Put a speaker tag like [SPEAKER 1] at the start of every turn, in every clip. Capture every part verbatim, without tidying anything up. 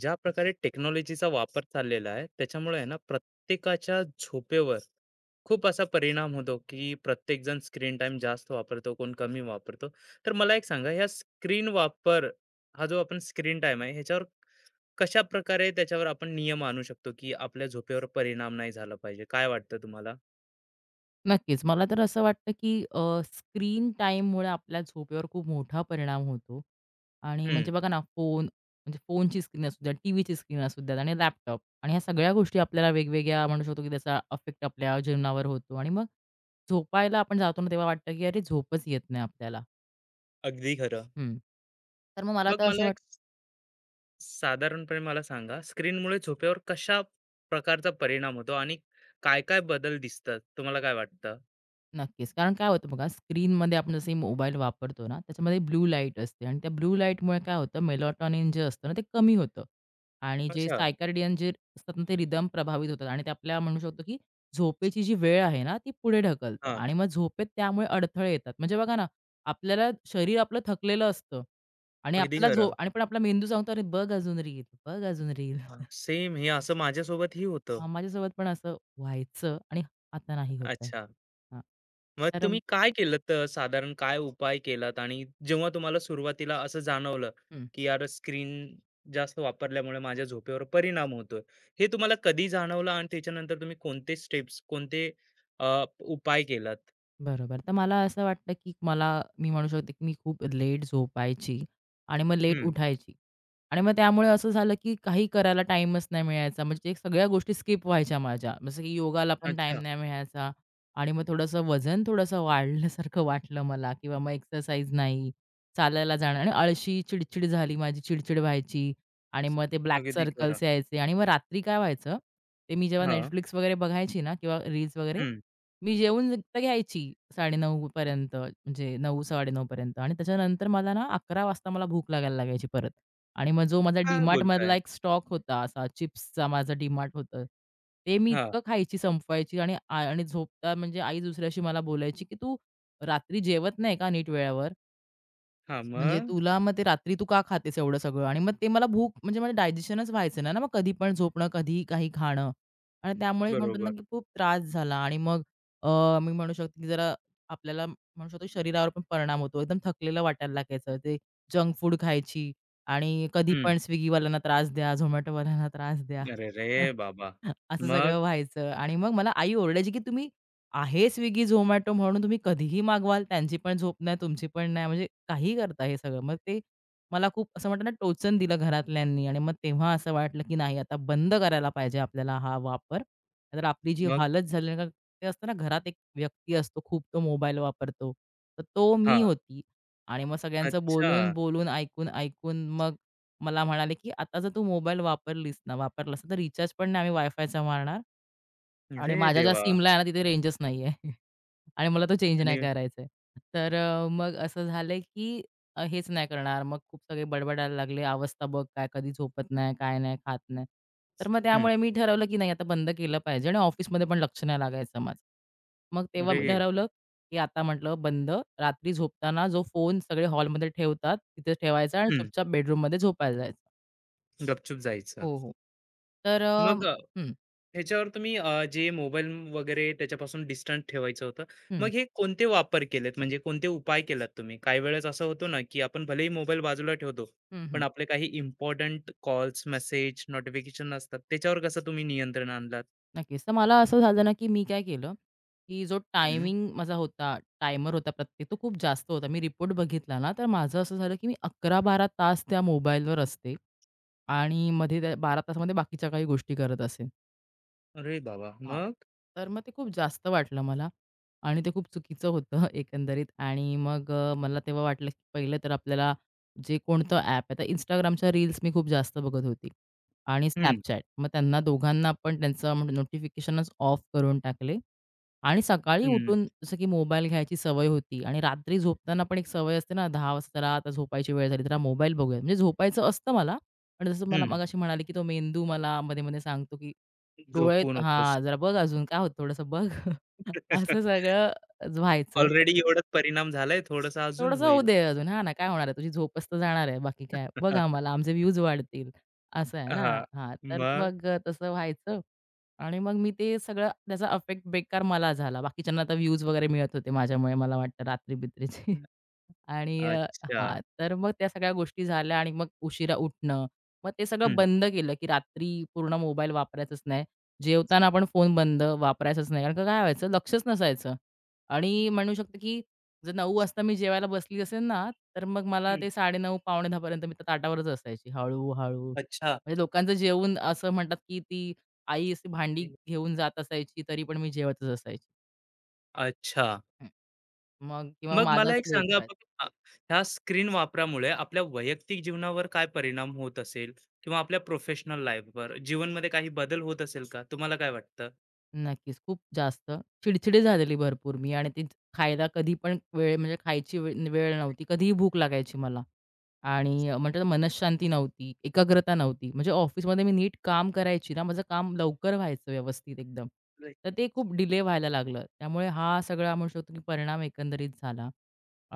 [SPEAKER 1] ज्या प्रकारे टेक्नॉलॉजीचा वापर चाललेला आहे त्याच्यामुळे आहे ना प्रत्येकाच्या झोपेवर खूप असा परिणाम होतो की प्रत्येक जण स्क्रीन टाइम जास्त वापरतो कोण कमी वापरतो. तर मला एक सांगा, ह्या स्क्रीन वापर हा जो आपण स्क्रीन टाइम आहे ह्याच्यावर कशा प्रकारे त्याच्यावर आपण नियम आणू शकतो की आपल्या झोपेवर परिणाम नाही झाला पाहिजे? काय वाटतं तुम्हाला?
[SPEAKER 2] नक्कीच. मला तर असं वाटतं, की अ, स्क्रीन टाईममुळे आपल्या झोपेवर खूप मोठा परिणाम होतो आणि
[SPEAKER 1] हम्म.
[SPEAKER 2] म्हणजे बघा ना, फोन म्हणजे फोनची स्क्रीन असू द्या, टीव्हीची स्क्रीन असू द्या आणि लॅपटॉप आणि ह्या सगळ्या गोष्टी आपल्याला वेगवेगळ्या म्हणू शकतो, की त्याचा इफेक्ट आपल्या जीवनावर होतो आणि मग झोपायला आपण जातो ना, तेव्हा वाटतं, की अरे झोपच येत नाही आपल्याला.
[SPEAKER 1] अगदी खरं.
[SPEAKER 2] हं. तर मग मला
[SPEAKER 1] मग
[SPEAKER 2] तर असं
[SPEAKER 1] मला एक स- साधारणपणे मला सांगा, स्क्रीनमुळे झोपेवर कशा प्रकारचा परिणाम होतो आणि काय काय बदल दिसतात तुम्हाला? काय वाटतं?
[SPEAKER 2] नक्कीच. कारण काय होतं बघा, स्क्रीनमध्ये आपण जसे मोबाईल वापरतो ना, त्याच्यामध्ये ब्लू लाईट असते आणि त्या ब्लू लाईटमुळे काय होतं, मेलाटॉनिन जे असतं ना, ते कमी होतं आणि जे
[SPEAKER 1] अच्छा.
[SPEAKER 2] सायकार्डियन जे असतात ना, ते रिदम प्रभावित होतात आणि ते आपल्या म्हणू शकतो, की झोपेची जी वेळ आहे ना, ती पुढे ढकलतं
[SPEAKER 1] हां,
[SPEAKER 2] आणि मग झोपेत त्यामुळे अडथळे येतात. म्हणजे बघा ना, आपल्याला शरीर आपलं थकलेलं असतं आणि
[SPEAKER 1] अगदी
[SPEAKER 2] आपल्याला झोप
[SPEAKER 1] खरं.
[SPEAKER 2] आणि पण आपला मेंदू सांगतो, "अरे, बघ अजून रील, बघ अजून रील."
[SPEAKER 1] हां, सेम हे असं माझ्यासोबतही होतं.
[SPEAKER 2] हां, माझ्यासोबत पण असं व्हायचं आणि आता नाही होत आहे.
[SPEAKER 1] अच्छा.
[SPEAKER 2] हां,
[SPEAKER 1] मग
[SPEAKER 2] तर
[SPEAKER 1] तुम्ही काय केलत? अ, साधारण काय उपाय केलात? आणि जेव्हा तुम्हाला सुरुवातीला असं जाणवलं,
[SPEAKER 2] हं.
[SPEAKER 1] की यार स्क्रीन जास्त वापरल्यामुळे माझ्या झोपेवर परिणाम होतोय, हे तुम्हाला कधी जाणवलं? आणि त्याच्यानंतर तुम्ही कोणते स्टेप्स, कोणते अ, उपाय केलात?
[SPEAKER 2] बरोबर. तर मला असं वाटतं, की मला मी म्हणू शकते, की मी खूप लेट झोपायची आणि मग लेट
[SPEAKER 1] हं.
[SPEAKER 2] उठायची आणि मग त्यामुळे असं झालं, की काही करायला टाईमच नाही मिळायचा. म्हणजे एक सगळ्या गोष्टी स्किप व्हायच्या माझ्या. जसं की योगाला पण टाईम
[SPEAKER 1] अच्छा.
[SPEAKER 2] नाही मिळायचा आणि मग थोडंसं वजन थोडंसं वाढल्यासारखं वाटलं मला किंवा मग एक्सरसाइज नाही, चालायला जाणं आणि आळशी, चिडचिड झाली माझी, चिडचिड व्हायची आणि मग ते ब्लॅक
[SPEAKER 1] अगदी खरं.
[SPEAKER 2] सर्कल्स यायचे आणि मग रात्री काय व्हायचं, ते मी जेव्हा
[SPEAKER 1] हां.
[SPEAKER 2] Netflix वगैरे बघायची ना किंवा रील्स वगैरे
[SPEAKER 1] हं.
[SPEAKER 2] मी जेवून फक्त घ्यायची साडे नऊ पर्यंत, म्हणजे नऊ-साडे नऊ पर्यंत आणि त्याच्यानंतर मला ना अकरा वाजता मला भूक लागायला लागायची परत. आणि मग जो माझा
[SPEAKER 1] काय
[SPEAKER 2] DMartमधला
[SPEAKER 1] बोलताय?
[SPEAKER 2] एक स्टॉक होता असा चिप्सचा माझं DMart होतं. ते मी
[SPEAKER 1] हां.
[SPEAKER 2] इतकं खायची, संपवायची आणि आ आणि झोपता म्हणजे आई दुसऱ्या मला बोलायची, "की तू रात्री जेवत नाही का नीट वेळेवर?"
[SPEAKER 1] हां.
[SPEAKER 2] म्हणजे
[SPEAKER 1] मग?
[SPEAKER 2] तुला मग ते रात्री तू का खातेस एवढं सगळं? आणि मग ते मला भूक म्हणजे मला डायजेशनच व्हायचं नाही ना, मग कधी पण झोपणं, कधी काही खाणं आणि त्यामुळे म्हणतो ना,
[SPEAKER 1] बरोबर.
[SPEAKER 2] की खूप त्रास झाला आणि मग अ, मी म्हणू शकते, की जरा आपल्याला म्हणू शकतो शरीरावर पण परिणाम होतो. एकदम थकलेलं वाटायला लागायचं. ते जंक फूड खायची आणि कधी पण
[SPEAKER 1] हं.
[SPEAKER 2] Swiggyवाल्यांना त्रास द्या, Zomatoवाल्यांना त्रास द्या.
[SPEAKER 1] अरेरे बाबा!
[SPEAKER 2] असं सगळं
[SPEAKER 1] मग?
[SPEAKER 2] व्हायचं आणि मग मला आई ओरडायची, की "तुम्ही आहे Swiggy, Zomato म्हणून तुम्ही कधीही मागवाल. त्यांची पण झोप नाही, तुमची पण नाही. म्हणजे काहीही करता हे सगळं." मग ते मला खूप असं म्हणतात ना, टोचन दिलं घरातल्यांनी आणि मग तेव्हा असं वाटलं, की नाही आता बंद करायला पाहिजे आपल्याला हा वापर. तर आपली जी
[SPEAKER 1] मग?
[SPEAKER 2] हालत झाली ना, ते असतं ना घरात एक व्यक्ती असतो खूप तो मोबाईल वापरतो. तर तो मी
[SPEAKER 1] हां,
[SPEAKER 2] होती आणि मग सगळ्यांचं
[SPEAKER 1] अच्छा.
[SPEAKER 2] बोलून, बोलून, ऐकून, ऐकून मग मला म्हणाले, की "आता जर तू मोबाईल वापरलीस ना वापरलास ना, तर रिचार्ज पण नाही आम्ही वायफायचा मारणार आणि
[SPEAKER 1] अरे
[SPEAKER 2] माझ्या ज्या
[SPEAKER 1] देवा!
[SPEAKER 2] सिमला आहे ना तिथे रेंजच नाही आहे आणि मला तो चेंज नाही
[SPEAKER 1] आणि
[SPEAKER 2] करायचा आहे." तर अ, मग असं झालंय, की अ, हेच नाही करणार. मग खूप सगळे बडबडायला लागले, "अवस्था बघ काय कधी झोपत नाही, काय नाही, खात नाही." तर मग
[SPEAKER 1] हं,
[SPEAKER 2] त्यामुळे मी ठरवलं, की नाही आता बंद केलं पाहिजे आणि ऑफिसमध्ये पण लक्ष नाही लागायचं माझं. मग तेव्हा
[SPEAKER 1] अरे
[SPEAKER 2] मी ठरवलं, की आता म्हटलं बंद. रात्री झोपताना जो फोन सगळे हॉलमध्ये ठेवतात तिथे ठेवायचा आणि
[SPEAKER 1] हं,
[SPEAKER 2] चुपचाप बेडरूममध्ये झोपायला जायचं.
[SPEAKER 1] गपचूप जायचं.
[SPEAKER 2] हो, हो. तर अ,
[SPEAKER 1] मग अ,
[SPEAKER 2] हं,
[SPEAKER 1] ह्याच्यावर तुम्ही अ, जे मोबाईल वगैरे त्याच्यापासून डिस्टन्स ठेवायचं होतं. मग
[SPEAKER 2] हं,
[SPEAKER 1] हे कोणते वापर केलेत? म्हणजे कोणते उपाय केलात तुम्ही? काही वेळेस असं होतो ना, की आपण भलेही मोबाईल बाजूला ठेवतो,
[SPEAKER 2] हं,
[SPEAKER 1] पण
[SPEAKER 2] हं.
[SPEAKER 1] आपले काही इम्पोर्टंट कॉल्स, मेसेज, नोटिफिकेशन असतात. त्याच्यावर कसं तुम्ही नियंत्रण आणलात?
[SPEAKER 2] नक्कीच. तर मला असं झालं ना, की मी काय केलं, की जो
[SPEAKER 1] हं.
[SPEAKER 2] टायमिंग माझा होता, टायमर होता प्रत्येक, तो खूप जास्त होता. मी रिपोर्ट बघितला ना, तर माझं असं झालं, की मी अकरा बारा तास त्या मोबाईलवर असते आणि मध्ये त्या बारा तासामध्ये बाकीच्या काही गोष्टी करत असेन.
[SPEAKER 1] अरे बाबा!
[SPEAKER 2] हां.
[SPEAKER 1] मग?
[SPEAKER 2] तर मग ते खूप जास्त वाटलं मला आणि ते खूप चुकीचं होतं एकंदरीत आणि मग अ, मला तेव्हा वाटलं की पहिलं तर आपल्याला जे कोणतं ॲप आहे, तर Instagramच्या रील्स मी खूप जास्त बघत होती आणि
[SPEAKER 1] हं,
[SPEAKER 2] Snapchat. मग त्यांना दोघांना पण त्यांचं नोटिफिकेशनच ऑफ करून टाकले आणि सकाळी
[SPEAKER 1] हं,
[SPEAKER 2] उठून जसं की मोबाईल घ्यायची सवय होती आणि रात्री झोपताना पण एक सवय असते ना दहा वाजता त्याला आता झोपायची वेळ झाली, तर मोबाईल बघूया. म्हणजे झोपायचं असतं मला, पण जसं मला
[SPEAKER 1] हं.
[SPEAKER 2] मगाशी म्हणाले की तो मेंदू मला मध्ये-मध्ये सांगतो की डोळे
[SPEAKER 1] झोपू नकोस.
[SPEAKER 2] हां, जरा बघ अजून काय होतं थोडंसं बघ. असं सगळं ज- व्हायचं.
[SPEAKER 1] ऑलरेडी एवढाच परिणाम झालाय, थोडासा अजून
[SPEAKER 2] थोडंसं होऊ
[SPEAKER 1] होईल.
[SPEAKER 2] दे अजून, हां ना, काय होणार आहे तुझी झोपच तर जाणार आहे, बाकी काय. बघ आम्हाला आमचे व्ह्यूज वाढतील, असं आहे ना.
[SPEAKER 1] हां.
[SPEAKER 2] हां, तर
[SPEAKER 1] मग?
[SPEAKER 2] मग अ, तसं व्हायचं आणि मग मी ते सगळं त्याचा अफेक्ट बेकार मला झाला. बाकीच्यांना आता व्ह्यूज वगैरे मिळत होते माझ्यामुळे मला वाटतं रात्री-बित्रीचे. आणि अ,
[SPEAKER 1] अच्छा.
[SPEAKER 2] हां, तर मग त्या सगळ्या गोष्टी झाल्या आणि मग उशिरा उठणं. मग ते सगळं
[SPEAKER 1] हं.
[SPEAKER 2] बंद केलं, की रात्री पूर्ण मोबाईल वापरायचाच नाही. जेवताना पण फोन बंद, वापरायचाच नाही. कारण का काय व्हायचं, लक्षच नसायचं आणि म्हणू शकतो, की जर नऊ वाजता मी जेवायला बसली असेल ना, तर मग मला
[SPEAKER 1] हं.
[SPEAKER 2] ते साडे नऊ पावणे दहा मी त्या ताटावरच असायची हळू
[SPEAKER 1] अच्छा.
[SPEAKER 2] म्हणजे लोकांचं जेवून असं म्हणतात, की ती आई अशी भांडी घेऊन जात असायची, तरी पण मी जेवतच असायची.
[SPEAKER 1] अच्छा.
[SPEAKER 2] हं. मग किंवा
[SPEAKER 1] मग मला
[SPEAKER 2] मलाच
[SPEAKER 1] एक
[SPEAKER 2] लेट
[SPEAKER 1] सांगा बघा, ह्या स्क्रीन वापरामुळे आपल्या वैयक्तिक जीवनावर काय परिणाम होत असेल किंवा आपल्या प्रोफेशनल लाईफवर, जीवनमध्ये काही बदल होत असेल का? तुम्हाला काय वाटतं?
[SPEAKER 2] नक्कीच. खूप जास्त चिडचिडी झालेली भरपूर मी आणि ती खायला कधी पण वेळ म्हणजे खायची वेळ वेळ नव्हती. कधीही भूक लागायची मला आणि अ, म्हणतात ना मनःशांती नव्हती, एकाग्रता नव्हती. म्हणजे ऑफिसमध्ये मी नीट काम करायची ना, माझं काम लवकर व्हायचं व्यवस्थित एकदम. तर ते खूप डिले व्हायला लागलं. त्यामुळे हा सगळा म्हणू शकतो की परिणाम एकंदरीत झाला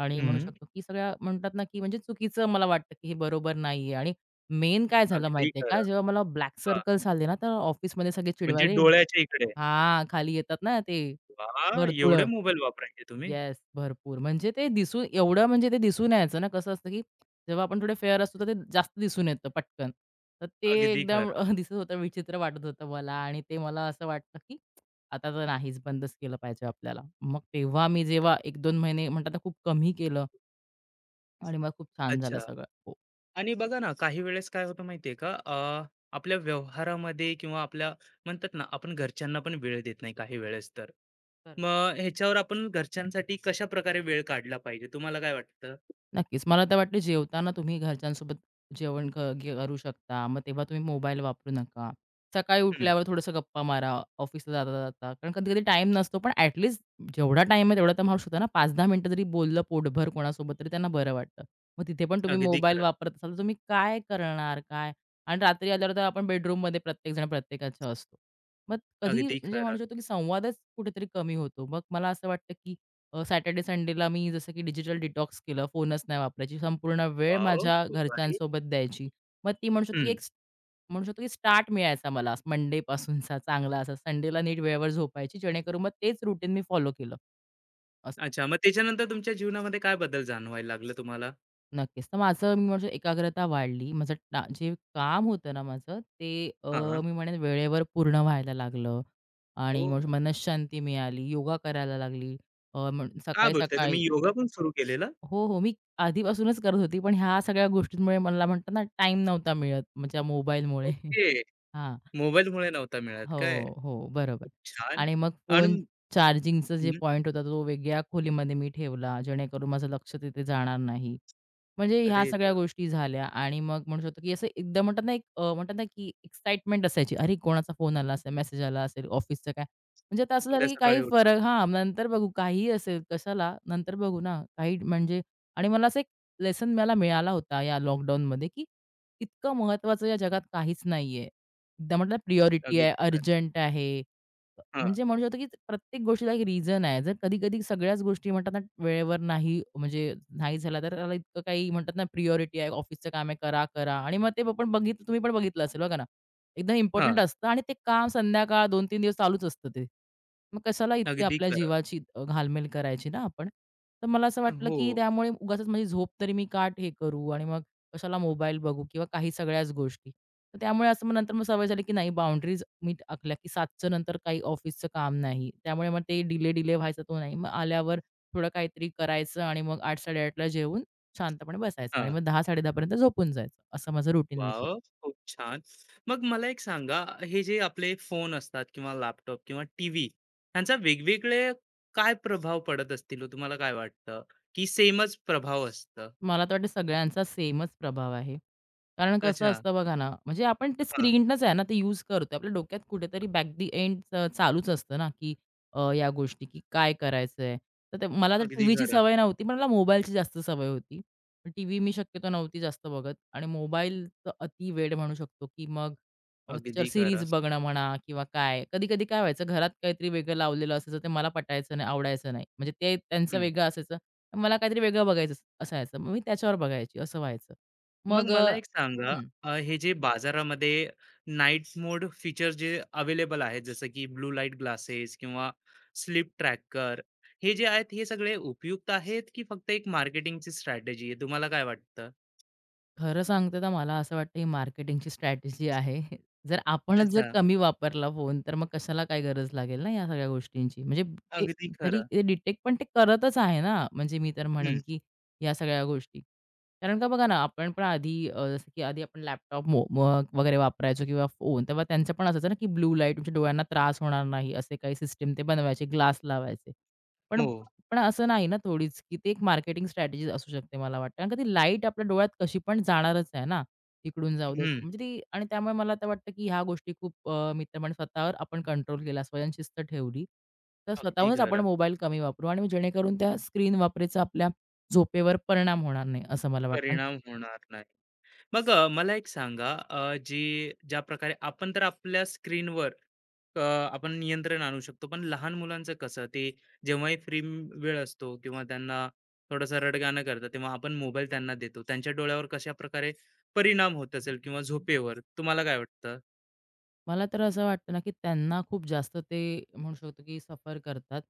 [SPEAKER 2] आणि म्हणू
[SPEAKER 1] हं.
[SPEAKER 2] शकतो की सगळ्या म्हणतात ना की म्हणजे चुकीचं मला वाटतं की हे बरोबर नाहीये आणि मेन काय झालं
[SPEAKER 1] अगदी
[SPEAKER 2] माहिती का,
[SPEAKER 1] खरं.
[SPEAKER 2] जेव्हा मला ब्लॅक
[SPEAKER 1] हां.
[SPEAKER 2] सर्कल्स आले ना, तर ऑफिसमध्ये सगळे
[SPEAKER 1] म्हणजे
[SPEAKER 2] चिडवायला
[SPEAKER 1] डोळ्याच्या इकडे.
[SPEAKER 2] हां, खाली येतात ना ते
[SPEAKER 1] वाह!
[SPEAKER 2] भरतुळं.
[SPEAKER 1] एवढे मोबाईल वापरायचे तुम्ही?
[SPEAKER 2] येस, भरपूर. म्हणजे ते दिसून एवढं म्हणजे ते दिसून यायचं ना, कसं असतं, की जेव्हा आपण थोडे फेअर असतो, तर ते जास्त दिसून येतं पटकन. तर ते
[SPEAKER 1] अगदी
[SPEAKER 2] एकदम
[SPEAKER 1] खरं.
[SPEAKER 2] अ, दिसत होतं, विचित्र वाटत होतं मला आणि ते मला असं वाटलं, की आता तर नाहीच, बंदच केलं पाहिजे आपल्याला. मग तेव्हा मी जेव्हा एक दोन महिने म्हणतात ना, खूप कमी केलं आणि मग खूप छान झालं
[SPEAKER 1] अच्छा.
[SPEAKER 2] सगळं.
[SPEAKER 1] आणि बघा ना, काही वेळेस काय होतं माहिती का? अ, आपल्या व्यवहारामध्ये किंवा आपल्या म्हणतात ना, आपण घरच्यांना पण वेळ देत नाही काही वेळेस तर.
[SPEAKER 2] हो.
[SPEAKER 1] मग ह्याच्यावर आपण घरच्यांसाठी कशाप्रकारे वेळ काढला पाहिजे, तुम्हाला काय वाटतं?
[SPEAKER 2] नक्कीच. मला तर वाटतं जेवताना तुम्ही घरच्यांसोबत जेवण क गे करू शकता. मग तेव्हा तुम्ही मोबाईल वापरू नका. सकाळी
[SPEAKER 1] हं,
[SPEAKER 2] उठल्यावर थोडंसं गप्पा मारा ऑफिसला जाता-जाता. कारण कधी-कधी टाइम नसतो, पण ॲट लीस्ट जेवढा टाईम आहे तेवढा तर माणूस होता ना पाच दहा मिनिटं जरी बोललं पोटभर कोणासोबत तरी त्यांना बरं वाटतं. मग तिथे पण तुम्ही
[SPEAKER 1] अगदी
[SPEAKER 2] मोबाईल
[SPEAKER 1] खरं,
[SPEAKER 2] वापरत असाल तर तुम्ही काय करणार काय? आणि रात्री आल्यावर तर आपण बेडरूममध्ये प्रत्येकजण प्रत्येकाच्या असतो. मग कधी
[SPEAKER 1] अगदी
[SPEAKER 2] म्हणजे म्हणू
[SPEAKER 1] खरं.
[SPEAKER 2] शकतो की संवादच कुठेतरी कमी होतो. मग मला असं वाटतं की अ, सॅटर्डे संडेला मी जसं की डिजिटल डिटॉक्स केलं, फोनच नाही वापरायची. संपूर्ण वेळ
[SPEAKER 1] वॉव!
[SPEAKER 2] माझ्या
[SPEAKER 1] खूप भारी.
[SPEAKER 2] घरच्यांसोबत द्यायची. मग ती म्हणू शकतो की
[SPEAKER 1] हं,
[SPEAKER 2] एक स- म्हणू शकतो की स्टार्ट मिळायचा मला मंडेपासूनचा चांगला असा. संडेला नीट वेळेवर झोपायची जेणेकरून मग तेच रुटीन मी फॉलो केलं. असं.
[SPEAKER 1] अच्छा. मग त्याच्यानंतर तुमच्या जीवनामध्ये काय बदल जाणवायला लागलं तुम्हाला?
[SPEAKER 2] नक्कीच. तर माझं मी म्हणू एकाग्रता वाढली. माझं टा जे काम होतं ना माझं ते अ,
[SPEAKER 1] हां.
[SPEAKER 2] मी म्हणेन वेळेवर पूर्ण व्हायला लागलं आणि
[SPEAKER 1] ओह!
[SPEAKER 2] म्हणू शकतो मिळाली, योगा करायला लागली. अ, म्हण
[SPEAKER 1] काय बोलताय
[SPEAKER 2] सकाळी-सकाळी
[SPEAKER 1] तुम्ही, योगा पण सुरू केलेला?
[SPEAKER 2] हो, हो. मी आधीपासूनच करत होती, पण ह्या सगळ्या गोष्टींमुळे मला म्हणतात ना, टाईम नव्हता मिळत, म्हणजे मोबाईलमुळे.
[SPEAKER 1] ओके.
[SPEAKER 2] हां.
[SPEAKER 1] मोबाईलमुळे नव्हता मिळत काय?
[SPEAKER 2] हो, हो. बरोबर
[SPEAKER 1] खूप छान.
[SPEAKER 2] आणि मग फोन
[SPEAKER 1] आणि
[SPEAKER 2] चार्जिंगचा जे
[SPEAKER 1] हं,
[SPEAKER 2] पॉइंट होता तो वेगळ्या खोलीमध्ये मी ठेवला, जेणेकरून माझं लक्ष तिथे जाणार नाही. म्हणजे ह्या
[SPEAKER 1] अरे
[SPEAKER 2] सगळ्या गोष्टी झाल्या आणि मग म्हणू शकतो, की असं एकदम म्हणतात ना, एक अ, म्हणतात ना, की एक्साइटमेंट असायची. अरे, कोणाचा फोन आला असेल, मेसेज आला असेल, ऑफिसचं काय? म्हणजे आता असं झालं,
[SPEAKER 1] उद्या
[SPEAKER 2] की
[SPEAKER 1] सकाळी
[SPEAKER 2] काही
[SPEAKER 1] उठू.
[SPEAKER 2] फरक हां, नंतर बघू काहीही असेल, कशाला? नंतर बघू ना. काही म्हणजे आणि मला असं एक लेसन मला मिळाला होता या लॉकडाऊनमध्ये, की इतकं महत्त्वाचं या जगात काहीच नाहीये. एकदम म्हटलं प्रिऑरिटी
[SPEAKER 1] अगदी
[SPEAKER 2] आहे,
[SPEAKER 1] खरं.
[SPEAKER 2] अर्जंट आहे.
[SPEAKER 1] हां,
[SPEAKER 2] म्हणजे म्हणू शकतो की प्रत्येक गोष्टीला एक रिझन आहे. जर कधी-कधी सगळ्याच गोष्टी म्हणतात ना, वेळेवर नाही म्हणजे नाही झाला, तर त्याला इतकं काही म्हणतात ना, प्रिऑरिटी आहे, ऑफिसचं काम आहे, करा, करा. आणि मग ते पण बघितलं तुम्ही पण बघितलं असेल बघा ना, एकदम इम्पोर्टंट
[SPEAKER 1] हां.
[SPEAKER 2] असतं आणि ते काम संध्याकाळ दोन तीन दिवस चालूच असतं ते. मग कशाला इतकी
[SPEAKER 1] अगदी
[SPEAKER 2] आपल्या
[SPEAKER 1] खरं.
[SPEAKER 2] जीवाची अ, घालमेल करायची ना आपण. तर मला असं वाटलं
[SPEAKER 1] हो.
[SPEAKER 2] की त्यामुळे उगाचच माझी झोप तरी मी का हे करू आणि मग कशाला मोबाईल बघू किंवा काही सगळ्याच गोष्टी. तर त्यामुळे असं मग नंतर मग सवय झाली, की नाही बाउंडरीज मी आखल्या, की 7च्या नंतर काही ऑफिसचं काम नाही. त्यामुळे मग ते डिले, डिले व्हायचा तो नाही. मग आल्यावर थोडं काहीतरी करायचं आणि मग आठ-8:30ला जेवून शांतपणे बसायचं आणि
[SPEAKER 1] हां.
[SPEAKER 2] मग दहा-10:30पर्यंत झोपून जायचं. असं माझं रुटीन मी केलं.
[SPEAKER 1] वॉव! खूप छान. मग मला एक सांगा, हे जे आपले फोन असतात किंवा लॅपटॉप किंवा टीव्ही ह्यांचा वेगवेगळे काय प्रभाव पडत असतील हो? तुम्हाला काय वाटतं? की सेमच प्रभाव असतं?
[SPEAKER 2] मला तर वाटतं सगळ्यांचा सेमच प्रभाव आहे. कारण कसं
[SPEAKER 1] अच्छा.
[SPEAKER 2] असतं बघा ना, म्हणजे आपण ते
[SPEAKER 1] हां.
[SPEAKER 2] स्क्रीनच आहे ना, ते यूज करतोय. आपल्या डोक्यात कुठेतरी बॅक दी एंड अ, चालूच असतं ना, की अ, या गोष्टी, की काय करायचंय. तर ते मला तर
[SPEAKER 1] अगदी
[SPEAKER 2] टीव्हीची
[SPEAKER 1] खरं.
[SPEAKER 2] सवय नव्हती, पण मला मोबाईलची जास्त सवय होती. टीव्ही मी शक्यतो नव्हती जास्त बघत आणि मोबाईलचं अति वेड म्हणू शकतो, की मग अ, त्याच्यावर
[SPEAKER 1] अगदी
[SPEAKER 2] सीरीज
[SPEAKER 1] खरं.
[SPEAKER 2] बघणं म्हणा किंवा काय. कधी-कधी काय व्हायचं, घरात काहीतरी वेगळं लावलेलं असायचं, ते मला पटायचं नाही, आवडायचं नाही. म्हणजे ते त्यांचं वेगळं असायचं. मला काहीतरी वेगळं बघायचं अस- असायचं. मग मी त्याच्यावर बघायची असं व्हायचं.
[SPEAKER 1] मग
[SPEAKER 2] मग अ,
[SPEAKER 1] मला एक सांगा,
[SPEAKER 2] हं.
[SPEAKER 1] अ, हे जे बाजारामध्ये नाईट मोड फीचर जे अवेलेबल आहेत, जसं की ब्लू लाईट ग्लासेस किंवा स्लीप ट्रॅकर, हे जे आहेत, हे सगळे उपयुक्त आहेत की फक्त एक मार्केटिंगची स्ट्रॅटेजी आहे? तुम्हाला काय वाटतं?
[SPEAKER 2] खरं सांगते तर मला असं वाटतं ही मार्केटिंगची स्ट्रॅटेजी आहे. जर आपणच जर
[SPEAKER 1] अच्छा.
[SPEAKER 2] कमी वापरला फोन तर मग कशाला काय गरज लागेल ना या सगळ्या गोष्टींची. म्हणजे ते
[SPEAKER 1] अगदी
[SPEAKER 2] जरी
[SPEAKER 1] खरं.
[SPEAKER 2] ते डिटेक्ट पण ते करतच आहे ना, म्हणजे मी तर म्हणेन,
[SPEAKER 1] हम्म,
[SPEAKER 2] की या सगळ्या गोष्टी. कारण का बघा ना, आपण पण आधी अ, जसं की आधी आपण लॅपटॉप वगैरे वापरायचो किंवा फोन तेव्हा त्यांचं पण असायचं ना, की ब्लू लाईट तुमच्या डोळ्यांना त्रास होणार नाही असे काही सिस्टम ते बनवायचे, ग्लास लावायचे. पण
[SPEAKER 1] हो.
[SPEAKER 2] पण असं नाही ना थोडीच, की ते एक मार्केटिंग स्ट्रॅटेजी असू शकते मला वाटतं. कारण का ती लाईट आपल्या डोळ्यात कशी पण जाणारच आहे ना, इकडून जाऊ देत.
[SPEAKER 1] हम्म,
[SPEAKER 2] म्हणजे ती आणि त्यामुळे मला तर वाटतं, की ह्या गोष्टी खूप अ, मी तर म्हणेन स्वतःवर आपण कंट्रोल केला, स्वयंशिस्त ठेवली. तर
[SPEAKER 1] अगदी
[SPEAKER 2] स्वतःहूनच आपण
[SPEAKER 1] खरं.
[SPEAKER 2] मोबाईल कमी वापरू आणि जेणेकरून त्या स्क्रीन वापराचा आपल्या झोपेवर परिणाम होणार नाही, असं मला वाटतं.
[SPEAKER 1] परिणाम होणार नाही. मग अ, मला एक सांगा, अ, जी ज्या प्रकारे आपण तर आपल्या स्क्रीनवर अ, आपण नियंत्रण आणू शकतो, पण लहान मुलांचं कसं? ते जेव्हाही फ्री वेळ असतो किंवा त्यांना थोडंसं रडगाणं करतं, तेव्हा आपण मोबाईल त्यांना देतो. त्यांच्या डोळ्यावर कशा प्रकारे परिणाम होत असेल किंवा झोपेवर? तुम्हाला काय वाटतं?
[SPEAKER 2] मला तर असं वाटतं ना, की त्यांना खूप जास्त ते म्हणू शकतो, की सफर करतात.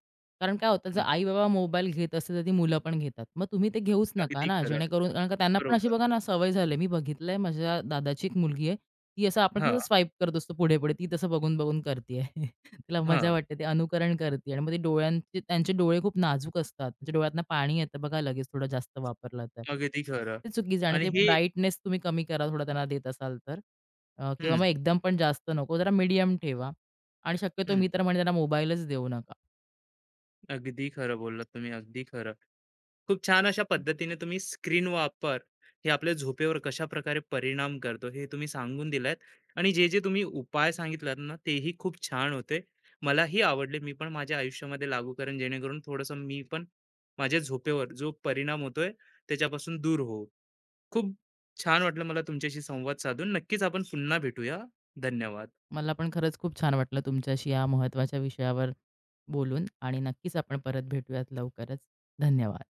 [SPEAKER 2] कारण काय होतं, जर
[SPEAKER 1] हम्म,
[SPEAKER 2] आई-बाबा मोबाईल घेत असतील, तर ती मुलं पण घेतात. मग तुम्ही ते घेऊच नका
[SPEAKER 1] अगदी
[SPEAKER 2] ना,
[SPEAKER 1] खरं.
[SPEAKER 2] जेणेकरून कारण का त्यांना पण अशी
[SPEAKER 1] बरोबर.
[SPEAKER 2] बघा ना, सवय झाली. मी बघितलंय माझ्या दादाची एक मुलगी आहे. ती असं आपण
[SPEAKER 1] हा.
[SPEAKER 2] कसं स्वाईप करत असतो पुढे-पुढे, ती तसं बघून-बघून करते तिला
[SPEAKER 1] हा
[SPEAKER 2] मजा वाटते, ते अनुकरण करते आणि मग ते डोळ्यांचे त्यांचे डोळे खूप नाजूक असतात. म्हणजे डोळ्यातनं पाणी येतं बघा लगेच थोडं जास्त वापरलं तर.
[SPEAKER 1] अगदी खरं.
[SPEAKER 2] ते चुकीचं आणि
[SPEAKER 1] आणि
[SPEAKER 2] ते
[SPEAKER 1] हे
[SPEAKER 2] ब्राईटनेस तुम्ही कमी करा, थोडा त्यांना देत असाल तर. अ, किंवा मग
[SPEAKER 1] हम्म.
[SPEAKER 2] एकदम पण जास्त नको, जरा मीडियम ठेवा आणि शक्यतो
[SPEAKER 1] हम्म,
[SPEAKER 2] मी तर म्हणेन त्याला मोबाईलच देऊ नका.
[SPEAKER 1] अगदी खरं बोललात तुम्ही, अगदी खरं. खूप छान. अशा पद्धतीने तुम्ही स्क्रीन वापर हे आपल्या झोपेवर कशा प्रकारे परिणाम करतो हे तुम्ही सांगून दिलात, आणि जे जे तुम्ही उपाय सांगितलात ना, तेही खूप छान होते. मलाही आवडले. मी पण माझ्या आयुष्यामध्ये लागू करेन, जेणेकरून थोडंसं मी पण माझ्या झोपेवर जो परिणाम होतोय त्याच्यापासून दूर हो. खूप छान वाटलं मला तुमच्याशी संवाद साधून. नक्कीच आपण पुन्हा भेटूया. धन्यवाद.
[SPEAKER 2] मला पण खरंच खूप छान वाटलं तुमच्याशी या महत्त्वाच्या विषयावर बोलून आणि नक्कीच आपण परत भेटूयात लवकरच. धन्यवाद.